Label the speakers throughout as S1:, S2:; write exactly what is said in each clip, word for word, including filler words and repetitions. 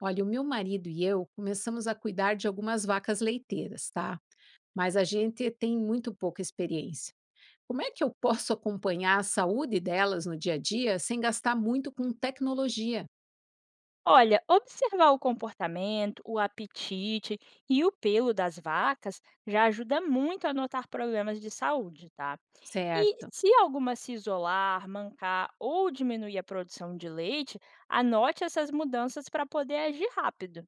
S1: Olha, o meu marido e eu começamos a cuidar de algumas vacas leiteiras, tá? Mas a gente tem muito pouca experiência. Como é que eu posso acompanhar a saúde delas no dia a dia sem gastar muito com tecnologia?
S2: Olha, observar o comportamento, o apetite e o pelo das vacas já ajuda muito a notar problemas de saúde, tá? E
S1: Certo.
S2: se alguma se isolar, mancar ou diminuir a produção de leite, anote essas mudanças para poder agir rápido.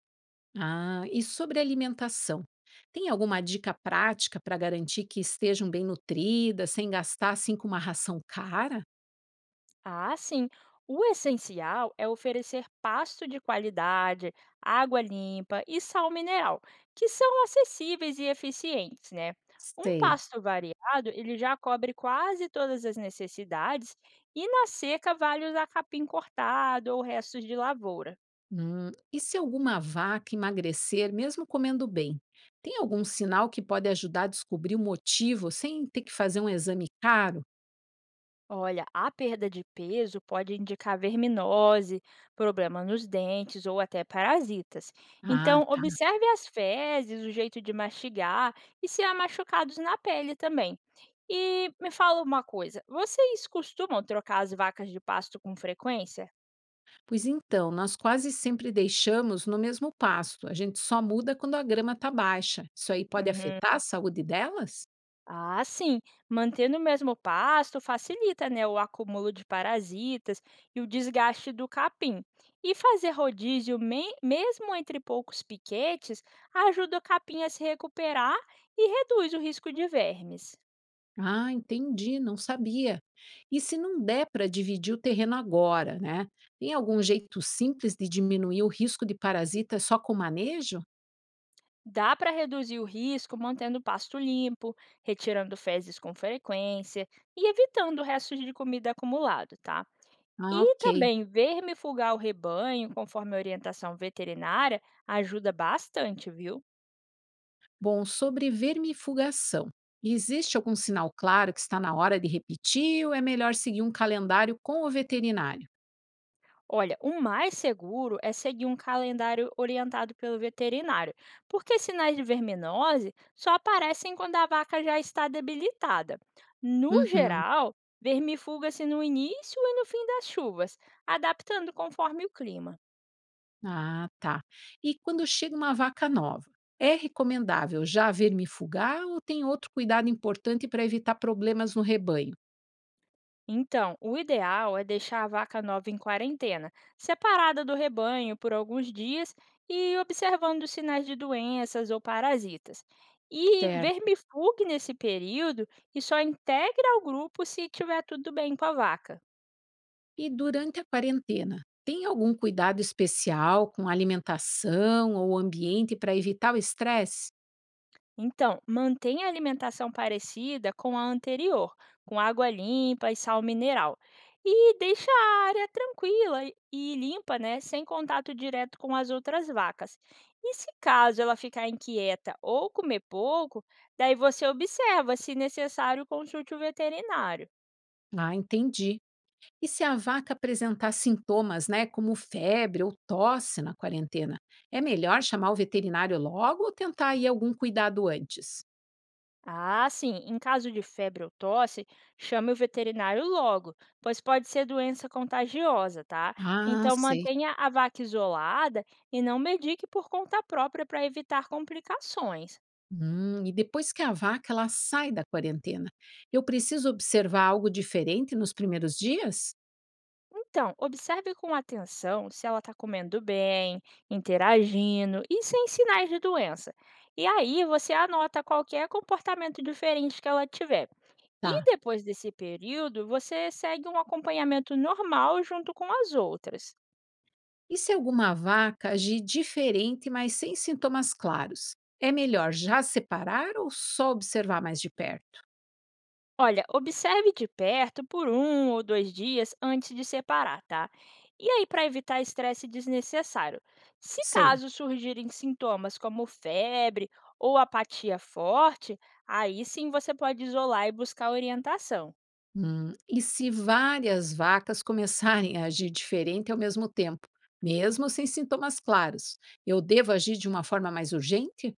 S1: Ah, e sobre alimentação? Tem alguma dica prática para garantir que estejam bem nutridas, sem gastar assim com uma ração cara?
S2: Ah, sim. O essencial é oferecer pasto de qualidade, água limpa e sal mineral, que são acessíveis e eficientes, né? Um
S1: Sei.
S2: pasto variado, ele já cobre quase todas as necessidades e na seca vale usar capim cortado ou restos de lavoura.
S1: Hum, e se alguma vaca emagrecer mesmo comendo bem? Tem algum sinal que pode ajudar a descobrir o motivo sem ter que fazer um exame caro?
S2: Olha, a perda de peso pode indicar verminose, problema nos dentes ou até parasitas.
S1: Ah,
S2: Então,
S1: tá.
S2: observe as fezes, o jeito de mastigar e se há machucados na pele também. E me fala uma coisa: vocês costumam trocar as vacas de pasto com frequência?
S1: Pois então, nós quase sempre deixamos no mesmo pasto. A gente só muda quando a grama está baixa. Isso aí pode
S2: Uhum.
S1: afetar a saúde delas?
S2: Ah, sim. Mantendo o mesmo pasto facilita, né, o acúmulo de parasitas e o desgaste do capim. E fazer rodízio me- mesmo entre poucos piquetes ajuda o capim a se recuperar e reduz o risco de vermes.
S1: Ah, entendi, não sabia. E se não der para dividir o terreno agora, né? Tem algum jeito simples de diminuir o risco de parasita só com manejo?
S2: Dá para reduzir o risco mantendo o pasto limpo, retirando fezes com frequência e evitando restos de comida acumulado, tá?
S1: Ah,
S2: E
S1: ok.
S2: também ver o rebanho, conforme a orientação veterinária, ajuda bastante, viu?
S1: Bom, sobre vermifugação. Existe algum sinal claro que está na hora de repetir ou é melhor seguir um calendário com o veterinário?
S2: Olha, o mais seguro é seguir um calendário orientado pelo veterinário, porque sinais de verminose só aparecem quando a vaca já está debilitada. No
S1: Uhum.
S2: geral, vermifuga-se no início e no fim das chuvas, adaptando conforme o clima.
S1: Ah, tá. E quando chega uma vaca nova, é recomendável já vermifugar ou tem outro cuidado importante para evitar problemas no rebanho?
S2: Então, o ideal é deixar a vaca nova em quarentena, separada do rebanho por alguns dias e observando os sinais de doenças ou parasitas. E
S1: Certo.
S2: vermifugue nesse período e só integra ao grupo se tiver tudo bem com a vaca.
S1: E durante a quarentena, tem algum cuidado especial com alimentação ou ambiente para evitar o estresse?
S2: Então, mantenha a alimentação parecida com a anterior, com água limpa e sal mineral. E deixa a área tranquila e e limpa, né, sem contato direto com as outras vacas. E se caso ela ficar inquieta ou comer pouco, daí você observa, se necessário, consulte o veterinário.
S1: Ah, entendi. E se a vaca apresentar sintomas, né, como febre ou tosse na quarentena, é melhor chamar o veterinário logo ou tentar aí algum cuidado antes?
S2: Ah, sim. Em caso de febre ou tosse, chame o veterinário logo, pois pode ser doença contagiosa, tá?
S1: Ah,
S2: Então
S1: sei.
S2: mantenha a vaca isolada e não medique por conta própria para evitar complicações.
S1: Hum, e depois que a vaca ela sai da quarentena, eu preciso observar algo diferente nos primeiros dias?
S2: Então, observe com atenção se ela está comendo bem, interagindo e sem sinais de doença. E aí você anota qualquer comportamento diferente que ela tiver. E
S1: Tá.
S2: depois desse período, você segue um acompanhamento normal junto com as outras.
S1: E se alguma vaca agir diferente, mas sem sintomas claros? É melhor já separar ou só observar mais de perto?
S2: Olha, observe de perto por um ou dois dias antes de separar, tá? E aí, para evitar estresse desnecessário, se
S1: Sei.
S2: caso surgirem sintomas como febre ou apatia forte, aí sim você pode isolar e buscar orientação.
S1: Hum, e se várias vacas começarem a agir diferente ao mesmo tempo, mesmo sem sintomas claros, eu devo agir de uma forma mais urgente?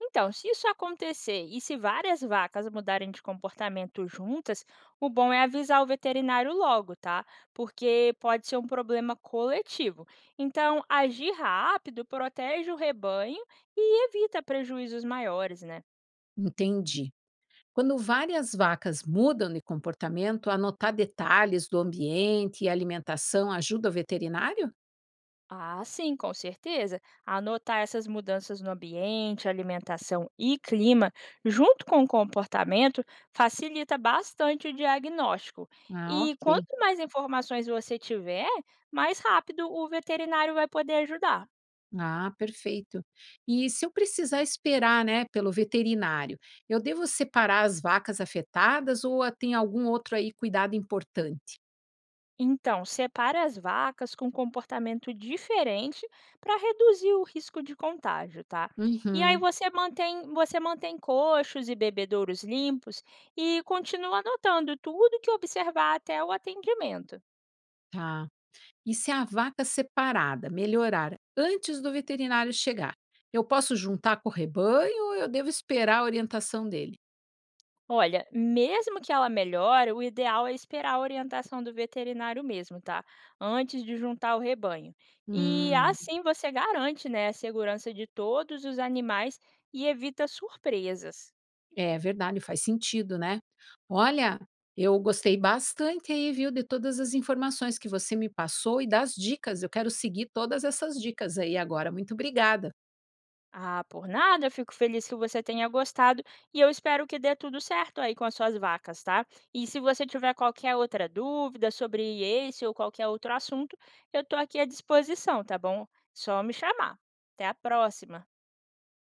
S2: Então, se isso acontecer e se várias vacas mudarem de comportamento juntas, o bom é avisar o veterinário logo, tá? Porque pode ser um problema coletivo. Então, agir rápido protege o rebanho e evita prejuízos maiores, né?
S1: Entendi. Quando várias vacas mudam de comportamento, anotar detalhes do ambiente e alimentação ajuda o veterinário?
S2: Ah, sim, com certeza. Anotar essas mudanças no ambiente, alimentação e clima, junto com o comportamento, facilita bastante o diagnóstico.
S1: Ah,
S2: E
S1: ok.
S2: quanto mais informações você tiver, mais rápido o veterinário vai poder ajudar.
S1: Ah, perfeito. E se eu precisar esperar, né, pelo veterinário, eu devo separar as vacas afetadas ou ah, tem algum outro aí cuidado importante?
S2: Então, separe as vacas com comportamento diferente para reduzir o risco de contágio, tá? E aí
S1: Uhum,
S2: você mantém, você mantém coxos e bebedouros limpos e continua anotando tudo que observar até o atendimento.
S1: tá. E se a vaca separada melhorar antes do veterinário chegar, eu posso juntar com o rebanho ou eu devo esperar a orientação dele?
S2: Olha, mesmo que ela melhore, o ideal é esperar a orientação do veterinário mesmo, tá? Antes de juntar o rebanho. E
S1: Hum,
S2: assim você garante, né, a segurança de todos os animais e evita surpresas.
S1: é verdade, faz sentido, né? Olha, eu gostei bastante aí, viu, de todas as informações que você me passou e das dicas. Eu quero seguir todas essas dicas aí agora. Muito obrigada.
S2: Ah, por nada, fico feliz que você tenha gostado e eu espero que dê tudo certo aí com as suas vacas, tá? E se você tiver qualquer outra dúvida sobre esse ou qualquer outro assunto, eu tô aqui à disposição, tá bom? Só me chamar. Até a próxima.